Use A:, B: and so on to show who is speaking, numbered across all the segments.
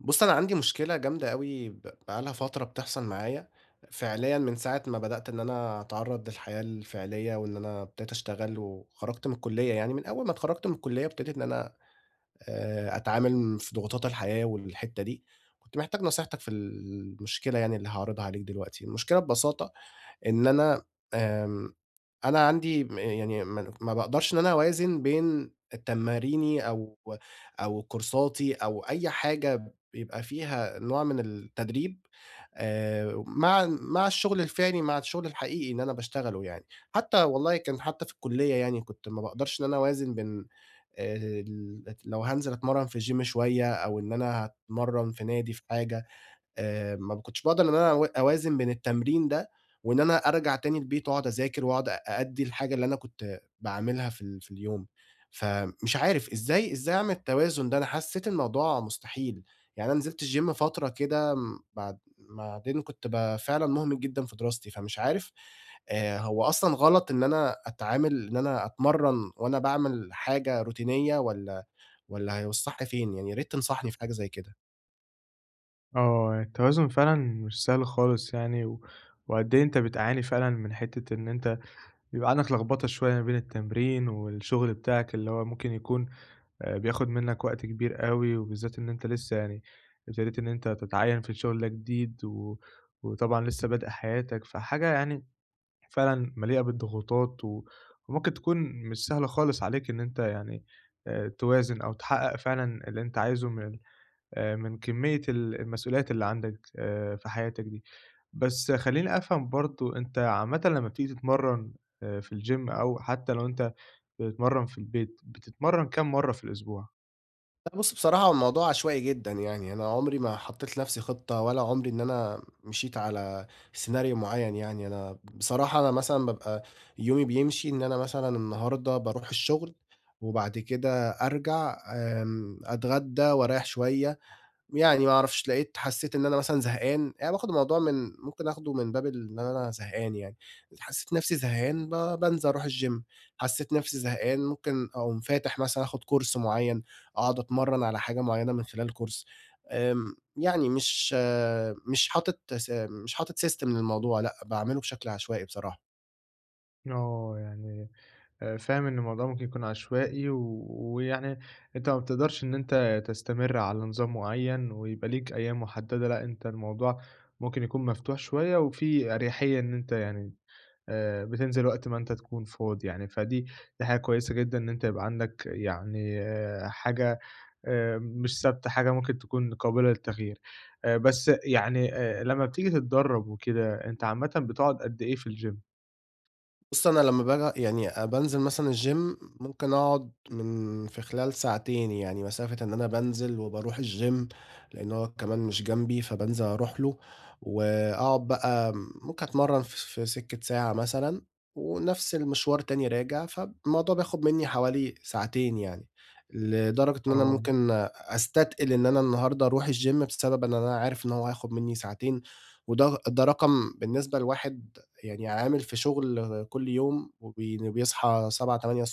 A: بُص، أنا عندي مشكلة جامدة أوي بقى لها فترة بتحصل معايا، فعليًا من ساعة ما بدأت إن أنا أتعرّض للحياة الفعلية وإن أنا ابتديت أشتغل وخرجت من الكلية يعني، من أول ما اتخرجت من الكلية ابتديت إن أنا أتعامل في ضغوطات الحياة والحتّة دي. كنت محتاج نصيحتك في المشكلة يعني اللي هاعرضها عليك دلوقتي. المشكلة ببساطة إن أنا آمم، أنا عندي م يعني ما ما باقدرش إن أنا أوازن بين تماريني أو كورساتي أو أي حاجة بيبقى فيها نوع من التدريب مع الشغل الفعلي، مع الشغل الحقيقي اللي أنا باشتغله يعني. حتى والله كان حتى في الكلية يعني كنت ما باقدرش إن أنا أوازن بين ال لو هانزل أتمرّن في الgym شوية أو إن أنا هاتمرّن في نادي في حاجة. ما كنتش باقدر إن أنا أوازن بين التمرين ده، وإن أنا أرجع تاني البيت وأقعد أذاكر وأقعد أأدّي الحاجة اللي أنا كنت باعملها في في اليوم. فمش عارف إزاي أعمل التوازن ده؟ أنا حسّيت الموضوع مستحيل. يعني أنا نزلت الgym فترة كده م بعد بعدين كنت فعلًا مُهمِل جدًا في دراستي، فمش عارف هو أصلًا غلط إن أنا أتعامل إن أنا أتمرّن وأنا باعمل حاجة روتينية والّا هيوصّحني فين؟ يعني يا ريت تنصحني في حاجة زي كده.
B: آه، التوازن فعلًا مش سهل خالص يعني، وقد إيه أنت بتعاني فعلًا من حتة إن أنت بيبقى عندك لخبطة شوية ما بين التمرين والشغل بتاعك، اللي هو ممكن يكون بياخد منك وقت كبير أوي، وبالذات إن أنت لسه يعني ابتديت إن أنت تتعيّن في الشغل ده جديد، وطبعًا لسه بادئ حياتك، فحاجة يعني فعلًا مليئة بالضغوطات، وممكن تكون مش سهلة خالص عليك إن أنت يعني توازن أو تحقق فعلًا اللي أنت عايزه من كمية المسؤوليات اللي عندك في حياتك دي. بس خلّيني أفهم برضه أنت عامةً لمّا بتيجي تتمرّن في الgym أو حتى لو أنت بتتمرّن في البيت، بتتمرّن كام مرّة في الأسبوع؟
A: لأ بُص، بصراحة هو الموضوع عشوائي جدًا يعني، أنا عمري ما حطّيت لنفسي خطة ولا عمري إن أنا مشيت على سيناريو معيّن يعني. أنا بصراحة أنا مثلًا بابقى يومي بيمشي إن أنا مثلًا النهارده باروح الشغل، وبعد كده أرجع أتغدى وأريّح شوية يعني. ما أعرفش، لقيت حسّيت إن أنا مثلًا زهقان، يعني باخُد الموضوع من ممكن آخُده من باب إن أنا زهقان يعني. حسّيت نَفْسي زهقان بانزل أروح الgym، حسّيت نَفْسي زهقان ممكن أقوم فاتح مثلًا آخُد كورس معيّن، أقعد أتمرّن على حاجة معيّنة من خلال كورس. يعني مش حاطط س مش حاطط system للموضوع. لأ، باعمله بشكل عشوائي بصراحة.
B: آه، يعني فاهم إن الموضوع ممكن يكون عشوائي ويعني أنت ما بتقدرش إن أنت تستمر على نظام معيّن ويبقى ليك أيام محدّدة، لأ أنت الموضوع ممكن يكون مفتوح شوية وفي أريحية إن أنت يعني بتنزل وقت ما أنت تكون فاضي يعني، فدي حاجة كويسة جدًا إن أنت يبقى عندك يعني حاجة مش ثابتة، حاجة ممكن تكون قابلة للتغيير. بس يعني لمّا بتيجي تتدرّب وكده، أنت عامةً بتقعد قد إيه في الgym؟
A: بُص، أنا لمّا باجي يعني بانزل مثلًا الgym ممكن أقعد في خلال ساعتين، يعني مسافة إن أنا بانزل وباروح الgym لإن هو كمان مش جنبي، فبانزل أروح له وأقعد بقى ممكن أتمرّن في سكة ساعة مثلًا ونفس المشوار تاني راجع، فالموضوع بياخد منّي حوالي ساعتين يعني، لدرجة إن أنا
B: آه،
A: ممكن أستتقل إن أنا النهارده أروح الgym بسبب إن أنا عارف إن هو هياخد منّي ساعتين، وده رقم بالنسبة لواحد يعني عامل في شغل كل يوم بيصحى 7:00، 8:00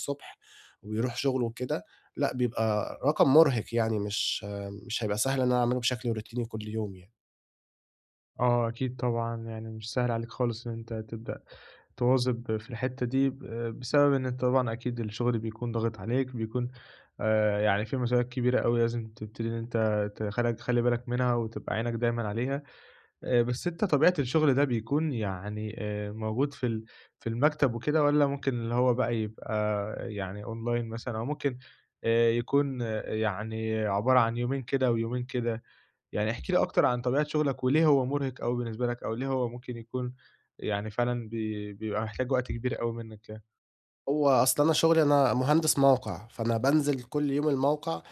A: وبيروح شغله وكده. لأ بيبقى رقم مُرهق يعني مش هيبقى سهل إن أنا أعمله بشكل روتيني كل يوم يعني.
B: آه أكيد طبعًا، يعني مش سهل عليك خالص إن أنت تبدأ تواظب في الحتّة دي، بسبب إن أنت طبعًا أكيد الشغل بيكون ضاغط عليك، بيكون يعني في مسؤوليات كبيرة أوي لازم تبتدي إن أنت تخلّي بالك منها وتبقى عينك دايمًا عليها. بس أنت طبيعة الشغل ده بيكون يعني موجود في المكتب وكده والّا ممكن اللي هو بقى يبقى يعني أونلاين مثلًا أو ممكن يكون يعني عبارة عن يومين كده ويومين كده، يعني احكِ لي أكتر عن طبيعة شغلك وليه هو مرهق أوي بالنسبة لك أو ليه هو ممكن يكون يعني فعلًا بيبقى محتاج وقت كبير أوي منّك يعني؟
A: هو أصل أنا شغلي أنا مهندس موقع، فأنا بانزل كل يوم الموقع.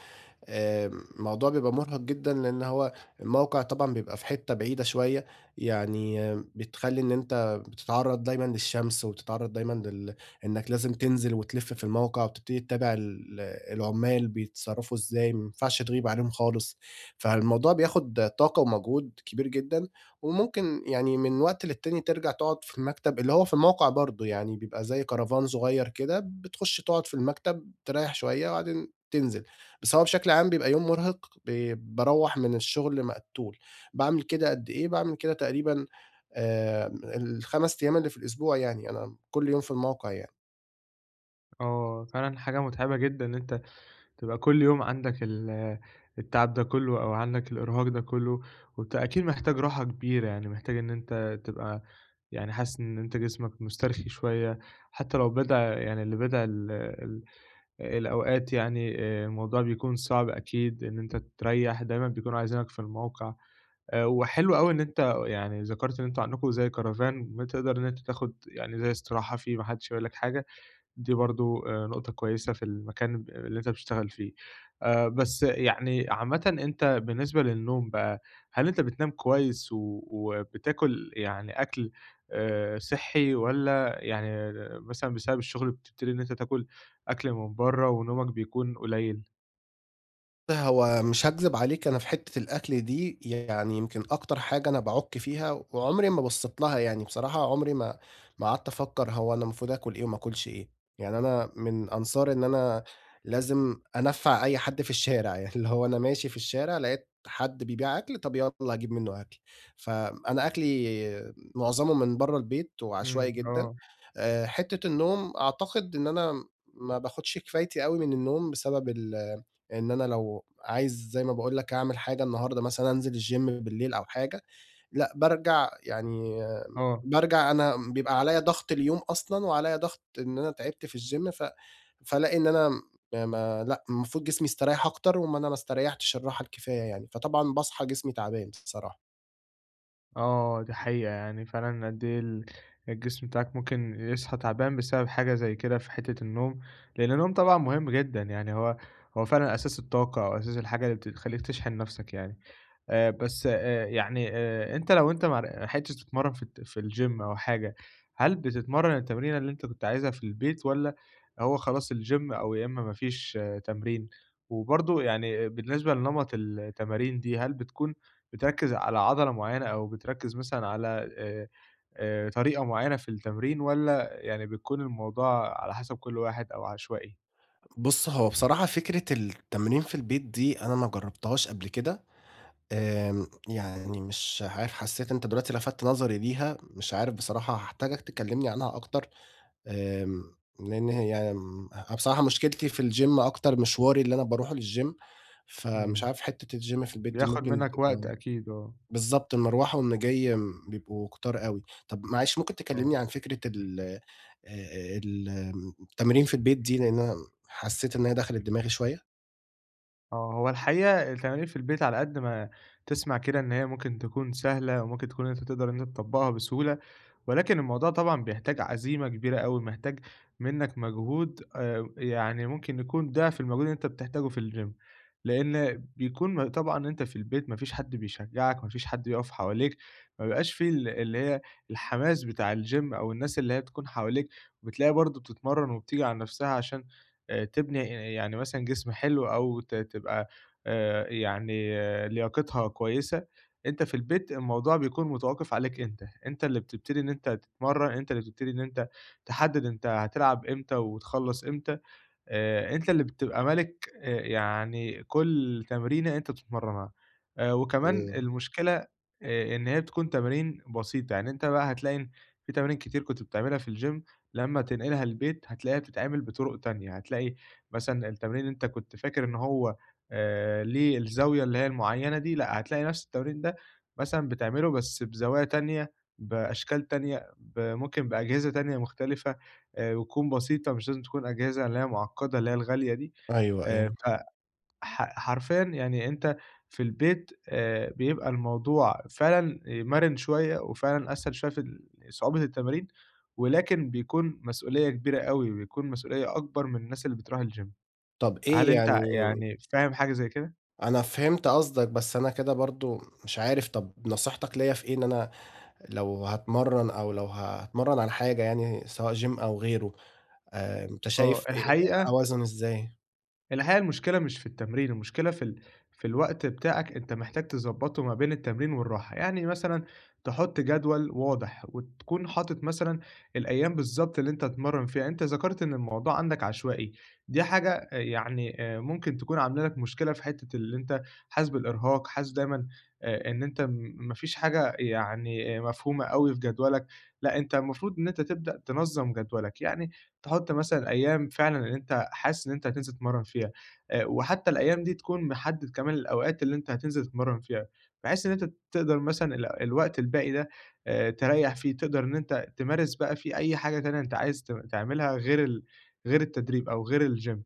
A: الموضوع بيبقى مرهق جدًا، لأن هو الموقع طبعًا بيبقى في حتة بعيدة شوية، يعني آه، بتخلّي إن أنت بتتعرّض دايمًا للشمس، وبتتعرّض دايمًا إنك لازم تنزل وتلِف في الموقع، وتبتدي تتابع العمّال بيتصرّفوا إزاي، ما ينفعش تغيب عليهم خالص، فالموضوع بياخد طاقة ومجهود كبير جدًا. وممكن يعني من وقت للتاني ترجع تقعد في المكتب، اللي هو في الموقع برضه، يعني بيبقى زي كرفان صغير كده، بتخش تقعد في المكتب، تريّح شوية، وبعدين تنزل. بس هو بشكل عام بيبقى يوم مرهق، باروّح من الشغل مقتول. باعمل كده قد إيه، باعمل كده تقريبًا ال ال5 أيام اللي في الأسبوع يعني، أنا كل يوم في الموقع يعني.
B: آه، فعلًا حاجة متعبة جدًا إن أنت تبقى كل يوم عندك التعب ده كله أو عندك الإرهاق ده كله، وأنت أكيد محتاج راحة كبيرة، يعني محتاج إن أنت تبقى يعني حاسس إن أنت جسمك مسترخي شوية، حتى لو بدأ يعني اللي بدأ ال ال الأوقات يعني الموضوع بيكون صعب أكيد إن أنت تريّح، دايمًا بيكونوا عايزينك في الموقع، وحلو أوي إن أنت يعني ذكرت إن أنتم عندكم زي كرفان بتقدر إن أنت تاخد يعني زي استراحة فيه، ما حدش هيقول لك حاجة. دي برضه نقطة كويسة في المكان اللي أنت بتشتغل فيه. بس يعني عامةً أنت بالنسبة للنوم بقى، هل أنت بتنام كويس وبتاكل يعني أكل صحّي والّا يعني مثلًا بسبب الشغل بتبتدي إن أنت تاكل أكل من برّه ونومك بيكون قليل؟
A: هو مش هاكذب عليك، أنا في حتّة الأكل دي يعني يمكن أكتر حاجة أنا باعُك فيها وعمري ما بصّيت لها يعني. بصراحة عمري ما قعدت أفكّر هو أنا المفروض آكُل إيه وما آكُلش إيه. يعني أنا من أنصار إن أنا لازم أنفّع أي حد في الشارع، يعني اللي هو أنا ماشي في الشارع لقيت حد بيبيع أكل، طَب يالّا هاجيب منّه أكل. فأنا أكلي معظمه من برّه البيت وعشوائي
B: إمم،
A: جدًا.
B: آه،
A: حتّة النوم أعتقد إن أنا ما باخُدش كفايتي أوي من النوم بسبب إن أنا لو عايز زي ما باقول لك أعمل حاجة النهارده مثلًا أنزل الgym بالليل أو حاجة، لأ بارجع يعني.
B: آه.
A: أنا بيبقى عليَّ ضغط اليوم أصلًا، وعليَّ ضغط إن أنا تعبت في الgym فالاقي إن أنا م ما لأ المفروض جسمي يستريّح أكتر، وما أنا ما استريّحتش الراحة الكفاية يعني، فطبعًا باصحى جسمي تعبان بصراحة.
B: آه، دي حقيقة، يعني فعلًا قد إيه الجسم بتاعك ممكن يصحى تعبان بسبب حاجة زي كده في حتة النوم، لأن النوم طبعًا مهم جدًا، يعني هو فعلًا أساس الطاقة أو أساس الحاجة اللي بتخلّيك تشحن نَفْسك يعني. بس يعني أنت لو أنت ما لحقتش تتمرّن في الgym أو حاجة، هل بتتمرّن التمرينة اللي أنت كنت عايزها في البيت والّا هو خلاص الgym أو يا إمّا ما فيش تمرين؟ وبرضه يعني بالنسبة لنمط التمارين دي، هل بتكون بتركّز على عضلة معيّنة أو بتركّز مثلًا على آآ طريقة معيّنة في التمرين والّا يعني بيكون الموضوع على حسب كل واحد أو عشوائي؟
A: بُص، هو بصراحة فكرة التمرين في البيت دي أنا ما جرّبتهاش قبل كده. يعني مش عارف، حسّيت أنت دلوقتي لَفَتت نظري ليها، مش عارف بصراحة هاحتاجك تكلّمني عنها أكتر. آمم، لإن هي يعني أنا بصراحة مشكلتي في الgym أكتر مشواري اللي أنا باروحه للgym، فمش
B: إمم،
A: عارف حتّة الgym في البيت دي
B: بياخُد
A: ممكن
B: منّك وقت
A: تبقى
B: أكيد آه،
A: بالضبط، المروّح والمّا جاي بيبقوا كُتار أوي. طَب معلش ممكن
B: آه.
A: تكلّمني عن فكرة ال ال آمم، التمرين في البيت دي، لإن أنا حسّيت إن هي دخلِت دماغي شوية؟
B: آه، هو الحقيقة التمارين في البيت على قد ما تسمع كده إن هي ممكن تكون سهلة، وممكن تكون أنت تقدر إن أنت تطبّقها بسهولة ولكن الموضوع طبعًا بيحتاج عزيمة كبيرة أوي، محتاج منّك مجهود يعني ممكن يكون ضِعف المجهود اللي أنت بتحتاجه في الgym، لإن بيكون طبعًا أنت في البيت ما فيش حد بيشجّعك، ما فيش حد بيقف حواليك، ما بيبقاش في اللي هي الحماس بتاع الgym أو الناس اللي هي بتكون حواليك، وبتلاقيها برضه بتتمرّن وبتيجي على نَفْسها عشان تبني يعني مثلًا جسم حلو أو تبقى يعني لياقتها كويسة. أنت في البيت الموضوع بيكون متوقف عليك أنت، أنت اللي بتبتدي إن أنت تتمرّن، أنت اللي بتبتدي إن أنت تحدد أنت هتلعب إمتى وتخلّص إمتى. أنت اللي بتبقى مَلِك يعني كل تمرينة أنت بتتمرّنها. وكمان
A: إمم،
B: المشكلة إن هي بتكون تمارين بسيطة، يعني أنت بقى هتلاقي إن في تمارين كتير كنت بتعملها في الgym لمّا تنقلها البيت هتلاقيها بتتعمل بطُرق تانية، هتلاقي مثلًا التمرين أنت كنت فاكر إن هو ليه الزاوية اللي هي المعيّنة دي، لأ، هتلاقي نَفْس التمرين ده مثلًا بتعمله بس بزوايا تانية، بأشكال تانية، ممكن بأجهزة تانية مختلفة. وتكون بسيطة مش لازم تكون أجهزة اللي هي معقدة، اللي هي الغالية دي،
A: أيوه، أيوه.
B: فح حرفيًا يعني أنت في البيت بيبقى الموضوع فعلًا مَرِن شوية، وفعلًا أسهل شوية في صعوبة التمارين، ولكن بيكون مسؤولية كبيرة أوي، بيكون مسؤولية أكبر من الناس اللي بتروح الgym.
A: طَب
B: هل
A: إيه
B: أنت
A: يعني
B: يعني فاهم حاجة زي كده؟
A: أنا فهمت قصدك، بس أنا كده برضه مش عارف طَب نصيحتك ليّا في إيه؟ إن أنا لو هاتمرّن أو لو هاتمرّن على حاجة يعني سواء gym أو غيره، أنت
B: آه،
A: شايف إيه
B: الحقيقة
A: أوازن إزاي؟
B: الحقيقة المشكلة مش في التمرين، المشكلة في الوقت بتاعك أنت محتاج تضبّطه ما بين التمرين والراحة، يعني مثلًا تحُط جدول واضح وتكون حاطط مثلًا الأيام بالضبط اللي أنت هتتمرّن فيها، أنت ذكرت إن الموضوع عندك عشوائي، دي حاجة يعني ممكن تكون عاملة لك مشكلة في حتّة اللي أنت حاسس بالإرهاق، حاسس دايمًا إن أنت ما فيش حاجة يعني مفهومة أوي في جدولك، لأ أنت المفروض إن أنت تبدأ تنظّم جدولك، يعني تحُط مثلًا أيام فعلًا اللي أنت حاسس إن أنت هتنزل تتمرّن فيها، وحتّى الأيام دي تكون محدد كمان الأوقات اللي أنت هتنزل تتمرّن فيها، بحيث إن أنت تقدر مثلًا الوقت الباقي ده تريّح فيه، تقدر إن أنت تمارس بقى فيه أي حاجة تانية أنت عايز تعملها غير التدريب أو غير الgym.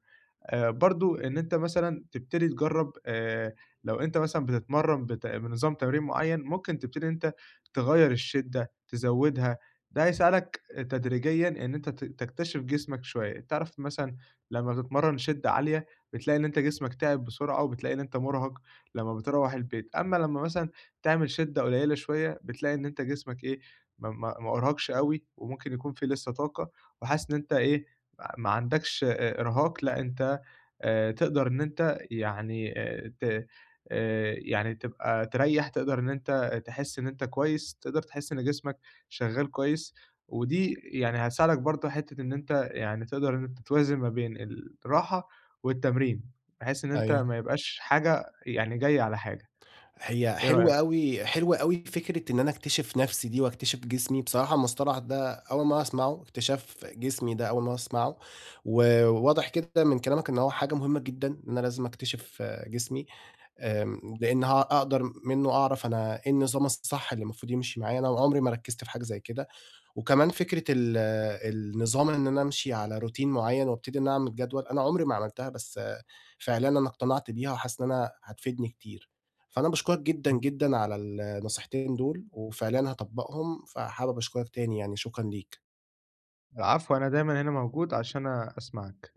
B: برضه إن أنت مثلًا تبتدي تجرّب لو أنت مثلًا بتتمرّن بنظام تمرين معيّن، ممكن تبتدي إن أنت تغيّر الشِدّة، تزوّدها، ده هيساعدك تدريجيًا إن أنت تكتشف جسمك شوية، تعرف مثلًا لمّا بتتمرّن شِدّة عالية بتلاقي إن أنت جسمك تِعِب بسرعة وبتلاقي إن أنت مُرهَق لمّا بتروّح البيت، أمّا لمّا مثلًا تعمل شِدّة قليّلة شوية، بتلاقي إن أنت جسمك إيه، ما أُرهقش أوي وممكن يكون في لسّه طاقة وحاسس إن أنت إيه، ما عندكش إرهاق لأ أنت تقدر إن أنت يعني ت يعني تبقى تريّح، تقدر إن أنت تحس إن أنت كويس، تقدر تحس إن جسمك شغّال كويس، ودي يعني هتساعدك برضه حتّة إن أنت يعني تقدر إن أنت توازن ما بين الراحة والتمرين، بحيث إن أنت
A: أيوه.
B: ما يبقاش حاجة يعني جاية على حاجة،
A: هي
B: إيه
A: حلوة
B: رأيك؟
A: أوي، حلوة أوي فكرة إن أنا أكتشف نَفْسي دي وأكتشف جسمي. بصراحة المصطلح ده أول مرّة أسمعه، اكتشاف جسمي ده أول مرّة أسمعه، وواضح كده من كلامك إن هو حاجة مهمة جدًا، إن أنا لازم أكتشف آه، جسمي. لإن ها أقدر منّه أعرف أنا إيه النظام الصح اللي المفروض يمشي معايا، أنا عمري ما ركّزت في حاجة زي كده. وكمان فكرة النظام إن أنا أمشي على روتين معيّن وابتدي إن أنا أعمل جدول، أنا عمري ما عملتها، بس فعليًا أنا اقتنعت بيها وحاسس إن أنا هتفيدني كتير. فأنا باشكرك جدًا،
B: إمم،
A: جدًا على النصيحتين دول، وفعليًا هاطبّقهم، فحابب أشكرك تاني يعني، شكرًا ليك.
B: العفو أنا دايمًا هنا موجود عشان أسمعك.